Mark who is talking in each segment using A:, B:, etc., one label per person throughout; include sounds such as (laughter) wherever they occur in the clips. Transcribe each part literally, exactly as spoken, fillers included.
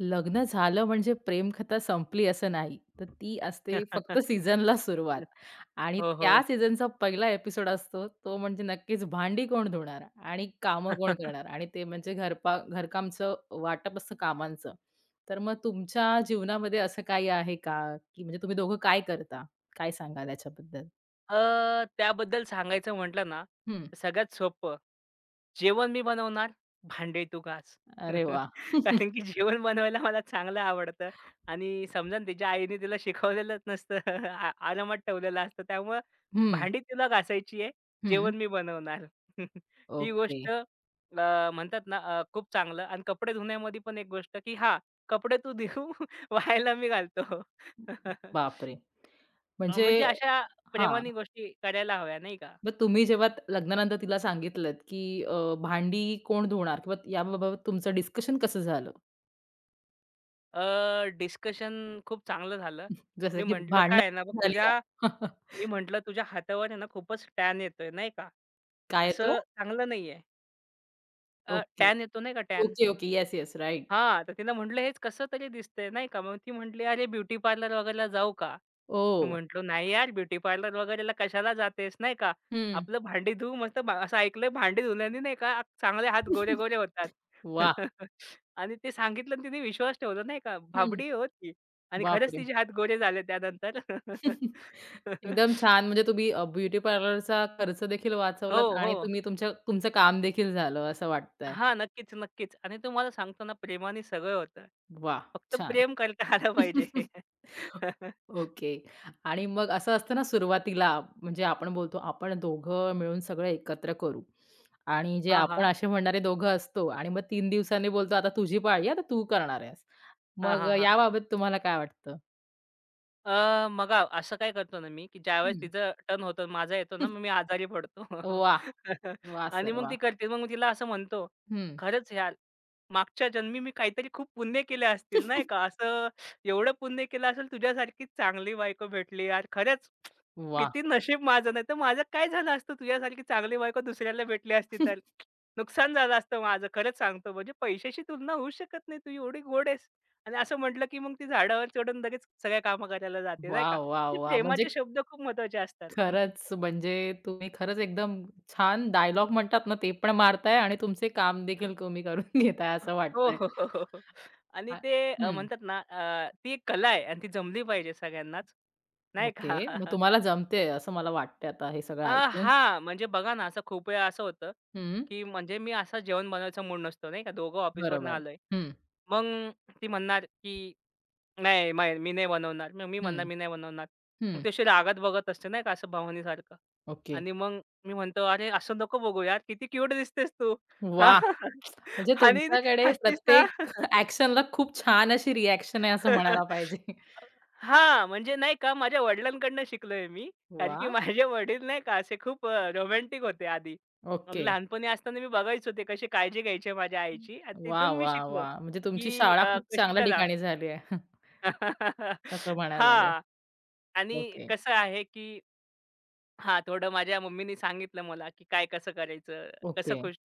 A: लग्न झालं म्हणजे प्रेमकथा संपली असं नाही. तर ती असते फक्त
B: (laughs)
A: सीझनला सुरुवात आणि
B: हो,
A: त्या
B: हो.
A: सीझनचा पहिला एपिसोड असतो तो म्हणजे नक्कीच भांडी कोण धुणार आणि कामं कोण
B: (laughs)
A: करणार आणि ते म्हणजे घरपा घरकामचं वाटप असतं कामांचं. तर मग तुमच्या जीवनामध्ये असं काही आहे का? की म्हणजे तुम्ही दोघं काय करता? काय सांगाल याच्याबद्दल?
B: अ, त्याबद्दल सांगायचं म्हटलं ना,
A: हं.
B: तर सगळ्यात सोपं जेवण मी बनवणार, भांडे तू घास.
A: अरे
B: (laughs)
A: वाह!
B: कारण की जेवण बनवायला मला चांगलं आवडतं आणि समजा ना तिच्या आईने तिला शिकवलेलंच नसतं. (laughs) आ आरामात ठेवलेलं असतं. त्यामुळं
A: हं,
B: भांडी तिला घासायची आहे,
A: हं.
B: जेवण मी बनवणार. (laughs) ही
A: ओके.
B: गोष्ट अ, म्हणतात ना अ, खूप चांगलं आणि कपडे धुण्यामध्ये पण एक गोष्ट, की हां, कपडे तू धुऊ, (laughs) वाळायला मी घालतो. (laughs)
A: बापरे!
B: अ,
A: म्हणजे
B: म्हणजे अशा
A: हां.
B: प्रेमाने गोष्टी करायला हव्या नाही का.
A: मग तुम्ही जेव्हा त- लग्नानंतर तिला सांगितलत, की अ, भांडी कोण धुणार किंवा याबाबत तुमचं डिस्कशन कसं झालं?
B: अ, डिस्कशन खूप चांगलं झालं.
A: जसं
B: मी
A: की
B: म्हटलं, "काय आहे ना बघ
A: भांडणं झाली का?
B: तुझ्या."
A: (laughs)
B: मी म्हटलं, "तुझ्या हातावर आहे ना खूपच टॅन येतोय नाही का.
A: काय येतोय?
B: असं चांगलं नाहीये." अ,
A: ओके.
B: टॅन येतो नाही का tan.
A: Okay, okay. Yes, yes. Right.
B: हां, तर तिनं म्हटलं, "हेच कसं तरी दिसतंय," नाही का. मग ती म्हटली, "अरे, ब्युटी पार्लर वगैरेला जाऊ का?" मी
A: ओह!
B: म्हटलो, "नाही यार, ब्युटी पार्लर वगैरेला कशाला जातेस," नाही का.
A: हं.
B: "आपलं भांडी धुवू मस्त." भा असं ऐकलंय, भांडी धुण्यानी नाही का चांगले हात गोरे-गोरे होतात.
A: वाह!
B: (laughs) आणि ते सांगितलं आणि तिने विश्वास ठेवला, नाही का.
A: हं.
B: भाबडी
A: (laughs)
B: आहे हो आणि खरंच
A: बापरे!
B: तिचे हात गोरे झाले त्यानंतर.
A: (laughs) एकदम
B: (laughs)
A: छान. म्हणजे तुम्ही अ, ब्युटी पार्लरचा खर्च देखील
B: हो,
A: वाचवलात आणि
B: हो.
A: तुम्ही तुमच्या तुमचं काम देखील झालं असं वाटतंय.
B: हां, नक्कीच, नक्कीच. आणि तुम्हाला सांगतो ना, प्रेमाने सगळं होतं.
A: वाह!
B: फक्त
A: छान.
B: प्रेम करता आलं पाहिजे.
A: (laughs)
B: (laughs)
A: ओके. आणि मग असं असतं ना सुरुवातीला म्हणजे आपण बोलतो आपण दोघं मिळून सगळं एकत्र करू आणि जे
B: हां,
A: आपण
B: हां.
A: असे म्हणणारे दोघं असतो आणि मग तीन दिवसांनी बोलतो आता तुझी पाळी आहे, आता तू करणार आहेस.
B: हां,
A: मग
B: हां,
A: अ,
B: हां.
A: याबाबत तुम्हाला काय वाटतं?
B: अ, बघा असं काय करतो ना मी, की ज्यावेळेस
A: हं.
B: तिचं टर्न होतं, माझा येतो ना, मग मी आजारी पडतो.
A: वाह!
B: (laughs)
A: वाह (laughs)
B: आणि
A: सर
B: मग
A: वाह!
B: ती करते. मग मी तिला असं म्हणतो,
A: हं.
B: "खरंच यार, मागच्या जन्मी मी काहीतरी खूप पुण्य केले असतील, नाही का? असं एवढं पुण्य केलं असेल, तुझ्यासारखीच चांगली बायको भेटली यार. खरंच
A: वाह!
B: किती नशीब माझं, नाहीतर माझं काय झालं असतं तुझ्यासारखी चांगली बायको दुसऱ्याला भेटली असती तर? नुकसान झालं असतं माझं, खरंच सांगतो. म्हणजे पैशाशी तुलना होऊ शकत नाही. तू एवढी गोड आहेस." आणि असं म्हटलं, की मग ती झाडावर चढून लगेच सगळ्या कामं करायला जाते, नाही
A: वाह,
B: का.
A: वाह,
B: ते
A: वाह! (laughs) म्हणजे
B: प्रेमाचे शब्द खूप महत्त्वाचे असतात. (laughs)
A: खरंच म्हणजे तुम्ही खरंच एकदम छान डायलॉग म्हणतात ना, ते पण मारताय आणि तुमचे काम देखील तुम्ही करून (laughs) घेताय असं
B: हो,
A: वाटतंय.
B: हो, हो, हो, हो. आणि
A: आ
B: ते अ,
A: हं.
B: म्हणतात ना अ, ती एक कला आहे आणि ती जमली पाहिजे सगळ्यांनाच, नाही का.
A: ओके. मग
B: (laughs)
A: तुम्हाला जमतंय असं मला वाटतंय आता हे सगळं
B: अ,
A: ऐकून.
B: हां, म्हणजे बघा ना, असं खूप वेळा असं होतं,
A: हं.
B: की म्हणजे मी असं जेवण बनवायचा मूड नसतो, नाही का. दोघं ऑफिसवरनं
A: बरोबर.
B: आलोय.
A: हं,
B: मग ती म्हणणार, की नाही, नाही, मी नाही बनवणार. मग मी म्हणणार,
A: हं,
B: "मी नाही बनवणार." मग
A: हं.
B: ती अशी रागात बघत असते नाही का असं भावनेसारखं
A: ओके.
B: आणि मग मी म्हणतो, "अरे असं नको बघू यार, किती क्यूट दिसतेस तू." हा.
A: वाह!
B: (laughs)
A: म्हणजे
B: आणि
A: तुमच्याकडे
B: हसतीस ना.
A: प्रत्येक (laughs) ॲक्शनला खूप छान अशी रिएक्शन आहे असं म्हणायला
B: (laughs)
A: पाहिजे.
B: हां, म्हणजे नाही का माझ्या वडिलांकडनं शिकलोय मी. कारण की
A: वाह!
B: माझे वडील नाही का असे खूप रोमॅन्टिक होते आधी.
A: ओके.
B: आणि लहानपणी असताना मी बघायचो ते कशी काळजी घ्यायची माझ्या आईची आणि
A: वाह,
B: तिथून मी
A: वाह,
B: शिकलो,
A: वाह! म्हणजे तुमची
B: की
A: शाळा
B: अ,
A: खूप
B: कशी
A: चांगल्या
B: करा.
A: ठिकाणी झाली आहे (laughs)
B: (laughs)
A: असं म्हणायला लागेल.
B: हां. आणि
A: ओके,
B: कसं आहे, की हां, थोडं माझ्या मम्मीनी सांगितलं मला, की काय कसं करायचं, कसं
A: ओके.
B: खुश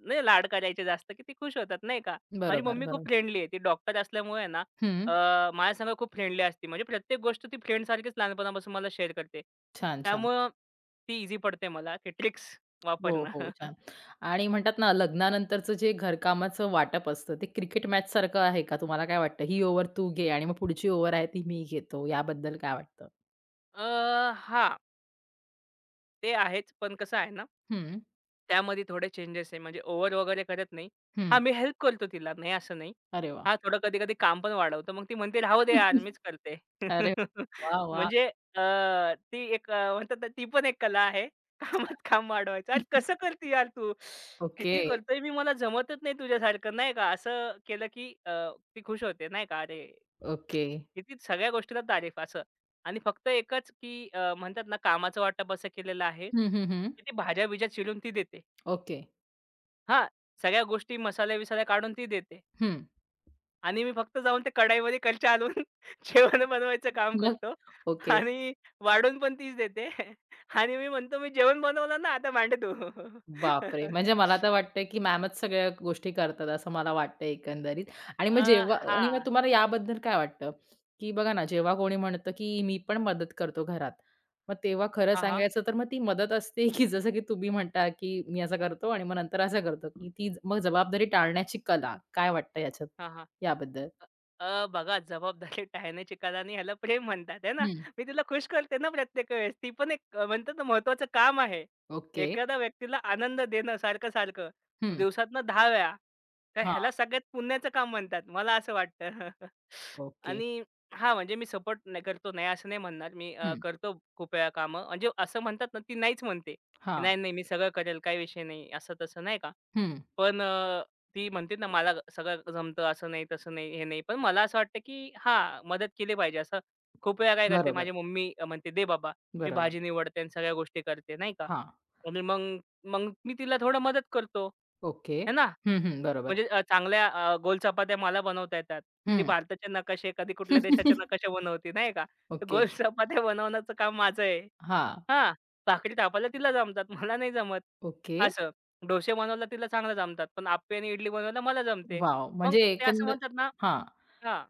B: नाही लाड करायचे जास्त, की ते खुश होतात, नाही का. माझी
A: बरोबर,
B: मम्मी खूप
A: बरोबर.
B: फ्रेंडली आहे. ती डॉक्टर असल्यामुळे आहे ना,
A: हं.
B: अ, माझ्यासंग खूप फ्रेंडली असते. म्हणजे प्रत्येक गोष्ट ती फ्रेंडसारखीच लहानपणापासून मला शेअर करते.
A: छान, छान.
B: त्यामुळं ती ईझी पडते मला, ती ट्रिक्स
A: हो,
B: वापरणं.
A: हो.
B: (laughs)
A: छान. आणि म्हणतात ना, लग्नानंतरचं जे घरकामाचं वाटप असतं, ते क्रिकेट मॅचसारखं आहे का? तुम्हाला काय वाटतं? ही ओव्हर तू घे आणि मग पुढची ओव्हर आहे ती मी घेतो. याबद्दल काय वाटतं?
B: अ, हां, ते आहेच. पण कसं आहे ना
A: हं,
B: त्यामध्ये थोडे चेंजेस आहे. म्हणजे ओव्हर वगैरे करत नाही.
A: हं.
B: हां, मी हेल्प करतो तिला, नाही असं नाही.
A: अरे वाह!
B: हां, थोडं कधी-कधी काम पण वाढवतो. मग ती म्हणते, "राहू दे यार,
A: (laughs)
B: मीच करते."
A: अरे
B: (laughs)
A: वाह! वाह!
B: म्हणजे अ, ती एक अ, म्हणतात ना, ती पण एक कला आहे. (laughs) कामात
A: छान.
B: काम वाढवायचं. "अरे,
A: (laughs)
B: कसं करते यार तू?
A: ओके,
B: किती करतोय मी, मला जमतच नाही तुझ्यासारखं." नाही का? असं केलं की अ, ती खुश होते, नाही का? "अरे,
A: ओके.
B: किती सगळ्या गोष्टीला तारीफ." असं. आणि फक्त एकच की अ, म्हणतात ना, कामाचं वाटप असं केलेलं आहे,
A: हं, हं, हं.
B: की ती भाज्या-बिज्या चिरून ती देते.
A: ओके.
B: हां, सगळ्या गोष्टी मसाले-बिसाले काढून ती देते
A: हं.
B: आणि मी फक्त जाऊन ते कढाईमध्ये कलछा हलवून (laughs) जेवण बनवायचं काम
A: मग?
B: करतो
A: ओके.
B: आणि वाढून पण तीच देते (laughs) आणि मी म्हणतो, "मी जेवण बनवलं ना, आता मांड तू."
A: बापरे! म्हणजे मला
B: (laughs)
A: तर वाटतंय, की मॅमच सगळ्या गोष्टी करतात असं मला वाटतंय एकंदरीत. आणि मग
B: अ,
A: जेव्हा आणि
B: हां.
A: मग तुम्हाला याबद्दल काय वाटतं? की बघा ना, जेव्हा कोणी म्हणतं, की मी पण मदत करतो घरात. मग तेव्हा खरं
B: हां, हां.
A: सांगायचं तर मग ती मदत असते, की (laughs) जसं की तुम्ही म्हणता, की मी असं करतो आणि मग नंतर असं करतो, की ती मग जबाबदारी टाळण्याची कला. काय वाटतं याच्यात
B: हां,
A: याबद्दल?
B: अ, बघा जबाबदारी टाळण्याची कला आणि ह्याला प्रेम म्हणतात है ना.
A: हं.
B: मी तिला खुश करते ना प्रत्येक वेळेस. ती पण एक अ, म्हणतात ना महत्त्वाचं काम आहे.
A: ओके.
B: एखाद्या व्यक्तीला आनंद देणं सारखं-सारखं
A: हं.
B: दिवसातनं दहा वेळा. तर
A: हां.
B: ह्याला सगळ्यात पुण्याचं काम म्हणतात. मला असं वाटतं. (laughs)
A: ओके.
B: आणि हां, म्हणजे मी सपोर्ट नाही करतो नाही असं नाही म्हणणार. मी अ,
A: हं.
B: करतो खूप वेळा कामं. म्हणजे असं म्हणतात ना ती नाहीच म्हणते. की
A: हां.
B: "नाही, नाही मी सगळं करेल काही विषय नाही." असं तसं नाही का.
A: हं.
B: पण ती म्हणते ना, मला सगळं जमतं, असं नाही, तसं नाही, हे नाही. पण मला असं वाटतं, की हां, मदत केली पाहिजे. असं खूप वेळा काय करते,
A: बरोबर,
B: माझी मम्मी अ, म्हणते, "दे बाबा, मी
A: बरोबर.
B: भाजी निवडते आणि सगळ्या गोष्टी करते," नाही का.
A: हां.
B: आणि मग मग मी तिला थोडं मदत करतो,
A: ओके.
B: है ना.
A: हं, हं. बरोबर.
B: म्हणजे अ, चांगल्या अ, गोल चपात्या मला बनवता येतात. ती
A: हं.
B: भारताचे नकाशे, कधी कुठल्या देशाचे
A: (laughs)
B: नकाशे बनवते, नाही का. तर
A: ओके.
B: गोल (laughs) चपात्या बनवण्याचं काम माझं आहे.
A: हां.
B: हां, भाकरी थापायला तिला जमतात, मला नाही जमत.
A: ओके.
B: असं. डोसे बनवायला तिला चांगलं जमतात, पण आप्पे आणि इडली बनवायला मला जमते.
A: वॉव!
B: मग
A: म्हणजे
B: ते असं
A: एकंद
B: म्हणतात ना
A: हां.
B: हां,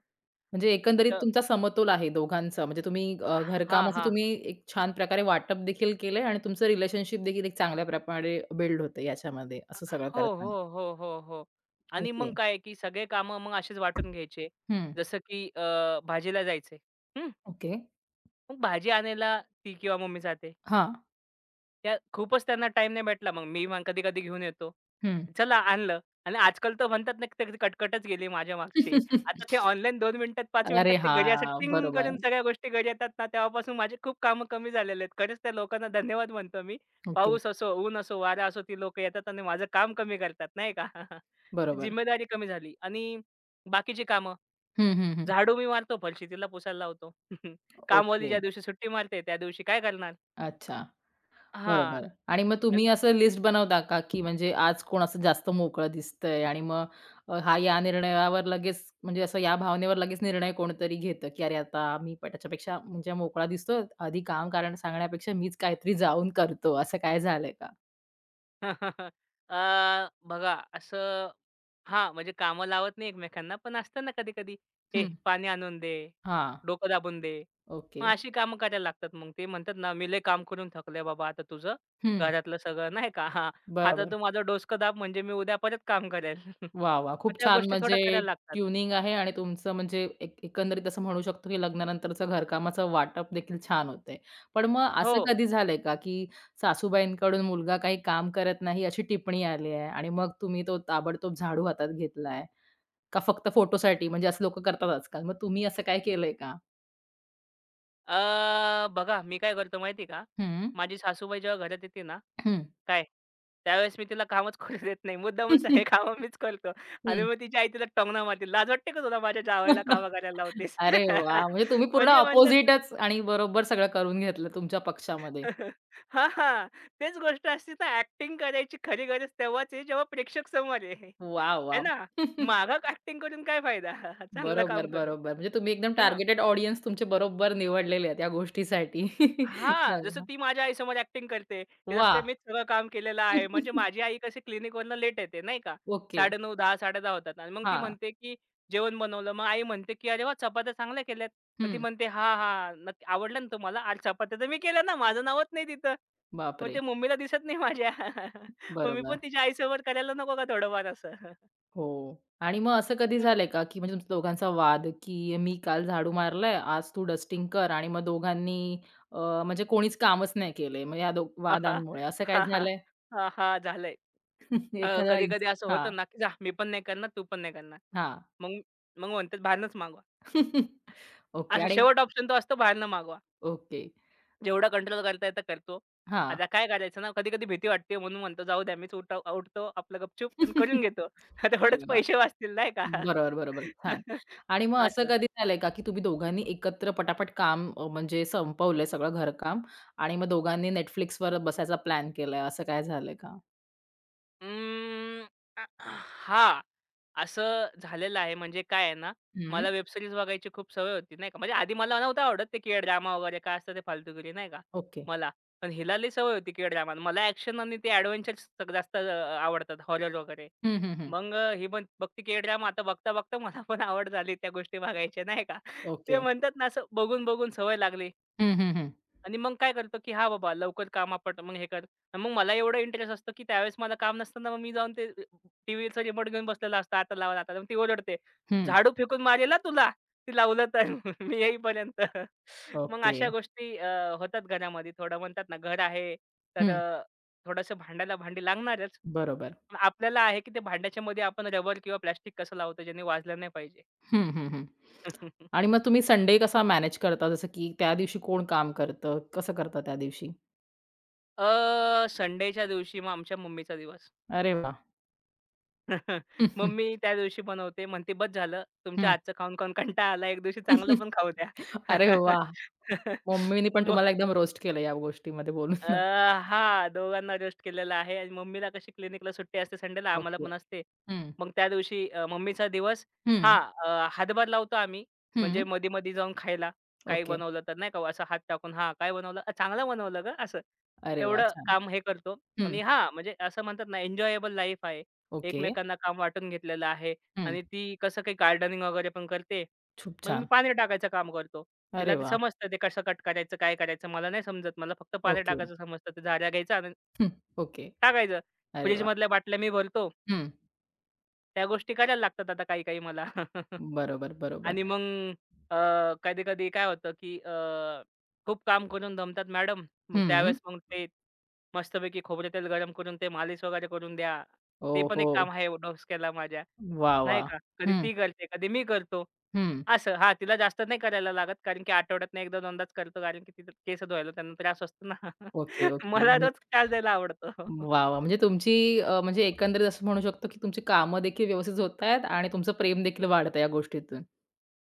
A: म्हणजे एकंदरीत
B: अ,
A: तुमचा समतोल आहे दोघांचा. म्हणजे तुम्ही अ,
B: हां,
A: घरकामाचं
B: हां.
A: तुम्ही एक छान प्रकारे वाटप देखील केलंय आणि तुमचं रिलेशनशिप देखील एक चांगल्या प्रकारे बिल्ड होतं याच्यामध्ये, असं सगळं
B: हो,
A: करताना.
B: हो, हो, हो, हो. आणि
A: ओके.
B: मग काय की सगळे कामं मग असेच वाटून घ्यायचे.
A: हं.
B: जसं की अ, भाजीला जायचंय. हं,
A: ओके.
B: मग भाजी आणायला ती किंवा मम्मी जाते.
A: हां.
B: त्या खूपच त्यांना टाइम नाही भेटला. मग मी मग कधी-कधी घेऊन येतो.
A: हं.
B: चला आणलं आणि आजकाल तर म्हणतात ना, त्याची कटकटच गेली माझ्या मागची. आता
A: (laughs)
B: ते ऑनलाईन दोन मिनिटात, पाच
A: अरे
B: मिनिटात ते घरी असं
A: हां!
B: टिंग
A: बरोबर.
B: करून सगळ्या गोष्टी घरी येतात ना, तेव्हापासून माझे खूप कामं कमी झालेले आहेत. खरंच त्या लोकांना धन्यवाद म्हणतो मी.
A: ओके.
B: पाऊस असो, ऊन असो, वारा असो, ती लोकं येतात आणि माझं काम कमी करतात नाही का. (laughs)
A: बरोबर.
B: जिम्मेदारी कमी झाली आणि बाकीची कामं.
A: हं, हं, हं.
B: झाडू मी मारतो, फरशी तिला पुसायला लावतो. (laughs) कामवाली
A: ओके.
B: ज्या दिवशी सुट्टी मारते, त्या दिवशी काय करणार?
A: अच्छा.
B: हां.
A: बरोबर आणि मग तुम्ही असं लिस्ट बनवता का, की म्हणजे आज कोण असं जास्त मोकळं दिसतंय आणि मग अ, हा या निर्णयावर लगेच म्हणजे असं या भावनेवर लगेच निर्णय कोणतरी घेतं, की "अरे, आता मी प त्याच्यापेक्षा म्हणजे मोकळा दिसतोय, आधी काम कारण सांगण्यापेक्षा मीच काहीतरी जाऊन करतो." असं काय झालंय का?
B: (laughs) अ, बघा असं हां, म्हणजे कामं लावत नाही एकमेकांना, पण असतं ना कधी-कधी, "ए
A: हं.
B: पाणी आणून दे,
A: हां.
B: डोकं दाबून दे."
A: ओके.
B: मग अशी कामं करायला लागतात. मग ते म्हणतात ना, "मी लय काम करून थकले बाबा, आता तुझं
A: हं.
B: घरातलं सगळं नाही का, हां, आता
A: बरोबर.
B: तू माझं डोसकं दाब म्हणजे मी उद्या परत काम करेल." (laughs)
A: वाह! वाह!
B: मग
A: खूप
B: त्या
A: छान
B: गोष्टी
A: म्हणजे
B: थोड्या करायला लागतात.
A: ट्युनिंग आहे आणि तुमचं म्हणजे एक एकंदरीत असं म्हणू शकतो, की लग्नानंतरचं घरकामाचं वाटप देखील छान होतंय. पण मग
B: हो.
A: असं कधी झालंय का, की सासूबाईंकडून मुलगा काही काम करत नाही अशी टिप्पणी आली आहे आणि मग तुम्ही तो ताबडतोब झाडू हातात घेतलाय? का फक्त फोटोसाठी? म्हणजे असं लोकं करतात आजकाल. मग तुम्ही असं काय केलंय का?
B: अ, बघा मी काय करतो माहिती का?
A: हं,
B: माझी सासूबाई जेव्हा घरात येते ना,
A: हं,
B: काय त्यावेळेस मी तिला कामच करू देत नाही.
A: हं.
B: मुद्दामून सगळे
A: (laughs)
B: कामं मीच करतो आणि मग तिची आई तिला टोमणा मारते. "लाज वाटते का तुला माझ्या जावयाला
A: (laughs)
B: कामं करायला लावतेस?"
A: अरे वाह! म्हणजे
B: (laughs)
A: तुम्ही पूर्ण
B: म्हणजे म्हणतात ना
A: अपोझिटच आणि बरोबर सगळं करून घेतलं तुमच्या पक्षामध्ये.
B: (laughs) हां, हां. तेच गोष्ट असते ना ॲक्टिंग करायची खरी गरज तेव्हाच आहे जेव्हा प्रेक्षक समोर आहे.
A: वाह!
B: आहे
A: वाह!
B: ना?
A: (laughs)
B: माघाक ॲक्टिंग करून काय फायदा? (laughs) चांगलं
A: बरोबर,
B: काम करून.
A: बरोबर. म्हणजे तुम्ही एकदम
B: है ना?
A: टार्गेटेड ऑडियन्स तुमचे बरोबर निवडलेले आहेत या गोष्टीसाठी. (laughs)
B: हां,
A: अरे
B: जसं
A: वाह!
B: ती माझ्या आईसमोर ॲक्टिंग करते. की जसं काही मीच सगळं काम केलेलं आहे. म्हणजे माझी
A: (laughs)
B: आई कशी क्लिनिकवरनं लेट येते नाही का.
A: ओके.
B: साडे नऊ दहा साडे दहा होतात आणि मग ती
A: हां.
B: म्हणते, की जेवण बनवलं. मग आई म्हणते, की "अरे वाह! चपात्या चांगल्या केल्यात." पण ती
A: हं.
B: म्हणते, "हां, हां. नक्की आवडलं ना तुम्हाला? अरे चपात्या तर मी केल्या ना. माझं नावच नाही तिथं." मग
A: बापरे!
B: ते मम्मीला दिसत नाही माझ्या. (laughs) मग मी
A: बरोबर.
B: पण तिच्या आईसोबत करायला नको का थोडंफार असं?
A: हो. आणि मग असं कधी झालंय
B: (laughs)
A: का, की म्हणजे तुमच्या दोघांचा वाद, की "मी काल झाडू मारलाय, आज तू डस्टिंग कर" आणि मग दोघांनी अ, म्हणजे कोणीच कामच नाही केलंय मग या दो
B: हां, हां.
A: वादांमुळे असं काय
B: हां, हां.
A: झालंय?
B: हां, हां. झालंय.
A: (laughs)
B: अ,
A: एखादा इन्स
B: कधी-कधी असं
A: हां,
B: होतं ना, की "जा मी पण नाही करणार, तू पण नाही करणार."
A: हां.
B: मग मग म्हणतात बाहेरनच मागवा.
A: (laughs) ओके
B: असा
A: आणि
B: शेवट ऑप्शन तो असतो बाहेरनं मागवा.
A: ओके.
B: जेवढा कंट्रोल करता येतं करतो.
A: हां.
B: आता काय करायचं ना, कधी-कधी भीती वाटते म्हणून म्हणतो जाऊ द्या मीच उठ उठतो आपलं गपचूप आणि करून
A: (laughs)
B: घेतो. (laughs) तेवढेच
A: अरे वाह!
B: पैसे वाचतील नाही का?
A: बरोबर, बरोबर. छान.
B: (laughs)
A: आणि मग असं
B: असं.
A: कधी झालंय का, की तुम्ही दोघांनी एकत्र पटापट काम अ, म्हणजे संपवलंय सगळं घरकाम आणि मग दोघांनी Netflixवर बसायचा प्लॅन केलाय, असं काय झालंय का?
B: अं, अ, हां, असं झालेलं आहे. म्हणजे काय आहे ना,
A: हं.
B: मला वेब सीरीज बघायची खूप सवय होती, नाही का. म्हणजे आधी मला नव्हतं आवडत ते के-ड्रामा वगैरे काय असतं ते फालतूगिरी, नाही का,
A: ओके.
B: मला. पण हिला लई सवय होती के-ड्रामा. मला ॲक्शन आणि ते ॲडव्हेंचर्स जास्त अ, आवडतात, हॉरर वगैरे.
A: हं, हं, हं.
B: मग अ, ही पण बघते के-ड्रामा. आता बघता-बघता मला पण आवड झाली त्या गोष्टी बघायच्या, नाही का. (laughs)
A: ओके.
B: ते म्हणतात ना, असं बघून-बघून सवय लागली.
A: हं, हं, हं.
B: आणि मग काय करतो, की हां बाबा लवकर काम आपट, मग हे कर. आणि मग मला एवढं इंटरेस्ट असतो, की त्यावेळेस मला काम नसताना मग मी जाऊन ते टीव्हीचा रिमोट घेऊन बसलेला असतो. आता लावा, आता लावा. मग ती ओरडते,
A: हं.
B: "झाडू फेकून मारेल तुला, ते लावलं तर (laughs) मी येईपर्यंत." मग
A: ओके.
B: अशा गोष्टी अ, होतात घरामध्ये. थोडं म्हणतात ना घर आहे तर
A: हं.
B: अ, थोडंसं भांड्याला भांडी लागणारच.
A: बरोबर.
B: पण आपल्याला आहे, की ते भांड्याच्यामध्ये आपण रबर किंवा प्लास्टिक कसं लावतो, ज्याने वाजलं नाही पाहिजे.
A: हं, हं, हं. आणि
B: (laughs)
A: मग तुम्ही संडे कसा मॅनेज करता? जसं की त्या दिवशी कोण काम करतं? कसं करता त्या दिवशी?
B: अ, संडेच्या दिवशी मग आमच्या मम्मीचा दिवस.
A: अरे वाह!
B: (laughs)
A: हं, हं,
B: मम्मी त्या दिवशी बनवते, म्हणते, "बस झालं, तुमच्या
A: हं.
B: हातचं खाऊन-खाऊन कंटाळा आला. एक दिवशी चांगलं
A: (laughs)
B: पण खाऊ
A: अरे
B: द्या."
A: वाह!
B: (laughs)
A: मम्मीनी पण
B: मग
A: तुम्हाला एकदम रोस्ट केलं या गोष्टीमध्ये
B: अ,
A: बोलून.
B: हां, दोघांना रेस्ट केलेला आहे आणि मम्मीला कशी क्लिनिकला सुट्टी असते संडेला, आम्हाला
A: ओके.
B: पण असते.
A: हं.
B: मग त्या दिवशी अ, मम्मीचा दिवस
A: हं.
B: हां, अ, हातभार लावतो आम्ही.
A: हं.
B: म्हणजे मधी-मधी जाऊन खायला, काही
A: ओके.
B: बनवलं तर नाही का असं हात टाकून, "हां, काय बनवलं? अ, चांगलं बनवलं गं." असं.
A: अरे वाह!
B: तेवढं
A: छान.
B: काम हे करतो
A: हं.
B: आणि हां, म्हणजे असं म्हणतात ना एन्जॉयबल लाईफ आहे.
A: ओके.
B: एकमेकांना काम वाटून घेतलेलं आहे
A: हं.
B: आणि ती कसं काही गार्डनिंग वगैरे पण करते.
A: खूप
B: मग मी
A: छान.
B: पाणी टाकायचं काम करतो.
A: अरे
B: तिला ते
A: वाह!
B: समजतं ते कसं कट करायचं, काय करायचं मला नाही समजत. मला फक्त पाणी
A: ओके.
B: टाकायचं समजतं. ते झाऱ्या घ्यायचा आणि
A: हं. ओके.
B: टाकायचं.
A: अरे वाह!
B: फ्रिजमधल्या बाटल्या मी भरतो.
A: हं.
B: त्या गोष्टी करायला लागतात आता काही-काही मला. (laughs)
A: बरोबर, बरोबर.
B: आणि मग कधी-कधी काय होतं, की अ, खूप काम करून दमतात मॅडम. मग
A: हं.
B: त्यावेळेस मग ते मस्तपैकी खोबरं तेल गरम करून ते मालिश वगैरे करून द्या. ते पण
A: ओहो!
B: एक काम आहे डोसक्याला माझ्या.
A: वाह,
B: नाही
A: वाह!
B: का? कधी
A: हं.
B: ती करते, कधी मी करतो.
A: हं.
B: असं. हां, तिला जास्त नाही करायला लागत कारण की आठवड्यातनं एक दोन दोनदाच करतो कारण की तिचे केस धुवायला त्यांना त्रास असतो ना.
A: Okay,
B: (laughs)
A: okay.
B: मला
A: मी
B: रोज त्रास द्यायला आवडतो.
A: वाह, वाह! म्हणजे तुमची अ, म्हणजे एकंदरीत असं म्हणू शकतो, की तुमची कामं देखील व्यवस्थित होत आहेत आणि तुमचं प्रेम देखील वाढतं या गोष्टीतून.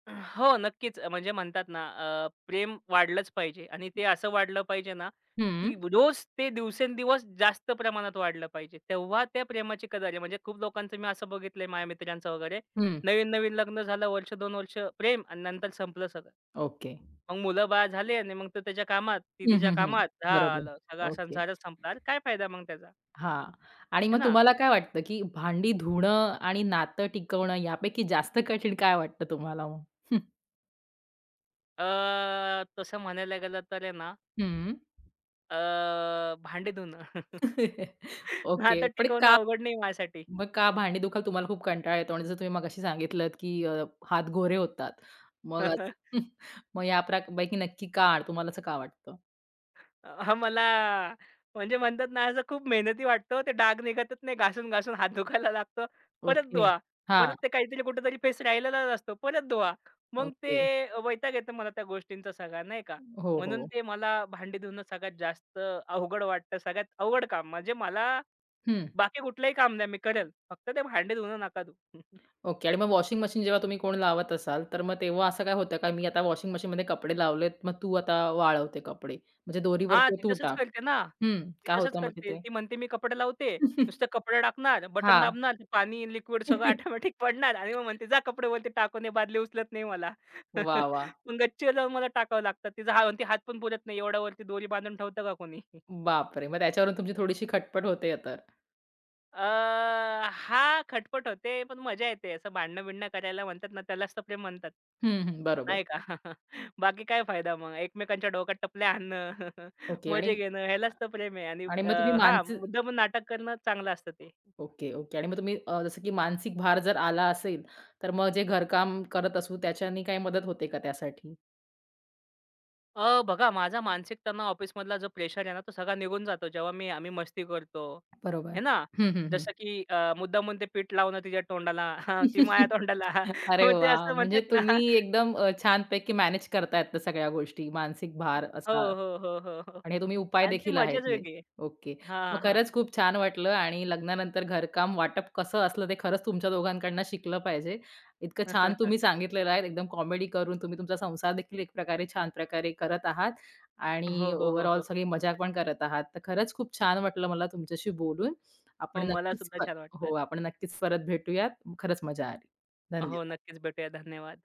B: हो, नक्कीच. म्हणजे म्हणतात ना, अ, प्रेम वाढलंच पाहिजे आणि ते असं वाढलं पाहिजे ना,
A: हं.
B: की रोज ते दिवसेंदिवस जास्त प्रमाणात वाढलं पाहिजे. तेव्हा त्या प्रेमाची कदर आहे. म्हणजे खूप लोकांचं मी असं बघितलंय माझ्या मित्रांचं वगैरे,
A: हं.
B: नवीन-नवीन लग्न झालं, वर्ष दोन वर्ष प्रेम आणि नंतर संपलं सगळं.
A: ओके.
B: मग मुलं-बाळ झाले आणि मग तो त्याच्या कामात, ती
A: हं,
B: तिच्या
A: हं, हं.
B: कामात.
A: बरोबर.
B: झालं, सगळा
A: ओके.
B: संसारच संपला. अरे काय फायदा मग त्याचा,
A: हा, आणि
B: है
A: मग
B: ना?
A: तुम्हाला काय वाटतं, की भांडी धुणं आणि नातं टिकवणं यापैकी जास्त कठीण काय वाटतं तुम्हाला मग?
B: अ, तसं म्हणायला गेलं तर आहे ना
A: हं.
B: अ, भांडे धुणं. (laughs)
A: (laughs) ओके.
B: आता
A: पण
B: टिकवणं
A: का
B: अवघड नाही माझ्यासाठी.
A: मग का भांडी दुखायला तुम्हाला खूप कंटाळा येतो आणि जसं तुम्ही मगाशी सांगितलत, की अ, हात गोरे होतात. मग असं
B: (laughs)
A: (laughs) मग या प्रकारपैकी नक्की का? तुम्हाला असं का वाटतं?
B: हां, मला म्हणजे म्हणतात ना, असं खूप मेहनती वाटतो. ते डाग निघतच नाही. घासून-घासून हात दुखायला लागतो. परत
A: ओके.
B: धुवा.
A: हां.
B: परत ते काहीतरी कुठेतरी फेस राहिलेलाच असतो. परत धुवा. मग ते
A: ओके.
B: वैताग येतो मला त्या गोष्टींचा सगळा, नाही का.
A: हो,
B: म्हणून
A: हो.
B: ते मला भांडी धुणं सगळ्यात जास्त अवघड वाटतं. सगळ्यात अवघड काम. म्हणजे मला
A: हं.
B: बाकी कुठलंही काम द्या, मी करेल. फक्त ते भांडे धुणं नका देऊ. (laughs)
A: ओके आणि मग वॉशिंग मशीन जेव्हा तुम्ही कोण लावत असाल, तर मग तेव्हा असं काय होतं का, "मी आता वॉशिंग मशीनमध्ये कपडे लावलेत, मग तू आता वाळवते कपडे." म्हणजे दोरीवर
B: हां,
A: ते
B: ती
A: तू
B: तसंच
A: टाक.
B: करते ना.
A: हं,
B: ती
A: काय
B: तसंच
A: होतं मग
B: करते.
A: तिथे?
B: ती म्हणते मी कपडे लावते. नुसतं
A: (laughs)
B: कपडे टाकणार, बटन
A: हां.
B: दाबणार, ते पाणी लिक्विड सगळं ऑटोमॅटिक पडणार आणि मग म्हणते जा कपडे वरती टाकून दे, बादली उचलत नाही मला.
A: वाह! वाह!
B: (laughs)
A: (laughs)
B: मग गच्चीवर जाऊन मला टाकावं लागतात. तिचा हा म्हणते हात पण पुरत नाही. एवढ्या वरती दोरी बांधून ठेवतं का कोणी?
A: बापरे! मग त्याच्यावरून तुमची थोडीशी खटपट होते तर.
B: अ, हां, खटपट होते, पण मजा येते. असं भांडणं-बिंडणं करायला म्हणतात ना, त्यालाच तर प्रेम म्हणतात.
A: हं, हं. बरोबर.
B: नाही का? (laughs) बाकी काय फायदा मग? एकमेकांच्या डोक्यात टपल्या आणणं, (laughs)
A: ओके आणि
B: मजे घेणं, ह्यालाच तर प्रेम आहे. आणि
A: आणि मग
B: अ,
A: तुम्ही
B: हां,
A: मानसिक
B: मुद्दामून नाटक करणं चांगलं असतं ते.
A: Okay, okay. आणि मग तुम्ही अ, जसं की मानसिक भार जर आला असेल, तर मग जे घरकाम करत असू त्याच्याने काही मदत होते का त्यासाठी?
B: अ, बघा माझा मानसिक तणाव ऑफिसमधला जो प्रेशर आहे ना, तो सगळा निघून जातो जेव्हा मी आम्ही मस्ती करतो,
A: बरोबर.
B: हे ना?
A: हं, हं, हं.
B: जसं की अ, मुद्दामून ते पीठ लावणं तिच्या तोंडाला, (laughs) ती माझ्या
A: (laughs)
B: तोंडाला. (laughs)
A: अरे
B: मग ते
A: वाह!
B: असं
A: म्हणजे
B: म्हणतात ना
A: तुम्ही एकदम अ, छानपैकी मॅनेज करतायत त्या सगळ्या गोष्टी. मानसिक भार
B: हो,
A: असा
B: हो, हो, हो, हो.
A: आणि हे तुम्ही उपाय
B: आणि ती
A: देखील आहेत
B: मजाच
A: हे.
B: वेगळी आहे.
A: ओके. मग
B: हां, हां.
A: खरंच खूप छान वाटलं आणि लग्नानंतर घरकाम वाटप कसं असलं ते खरंच तुमच्या दोघांकडनं शिकलं पाहिजे. इतकं छान तुम्ही
B: (laughs)
A: सांगितलेलं आहे. एकदम कॉमेडी करून तुम्ही तुमचा संसार देखील एक प्रकारे छान प्रकारे करत आहात आणि
B: हो, हो, हो,
A: ओव्हरऑल
B: हो.
A: सगळी मजाक पण करत आहात. तर खरंच खूप छान वाटलं मला तुमच्याशी बोलून. आपण
B: हो, मला
A: नक्कीच
B: सुद्धा
A: प
B: छान वाटलं.
A: हो, आपण नक्कीच परत भेटूयात. खरंच मजा आली.
B: हो,
A: धन्यवाद.
B: नक्कीच भेटूया. धन्यवाद.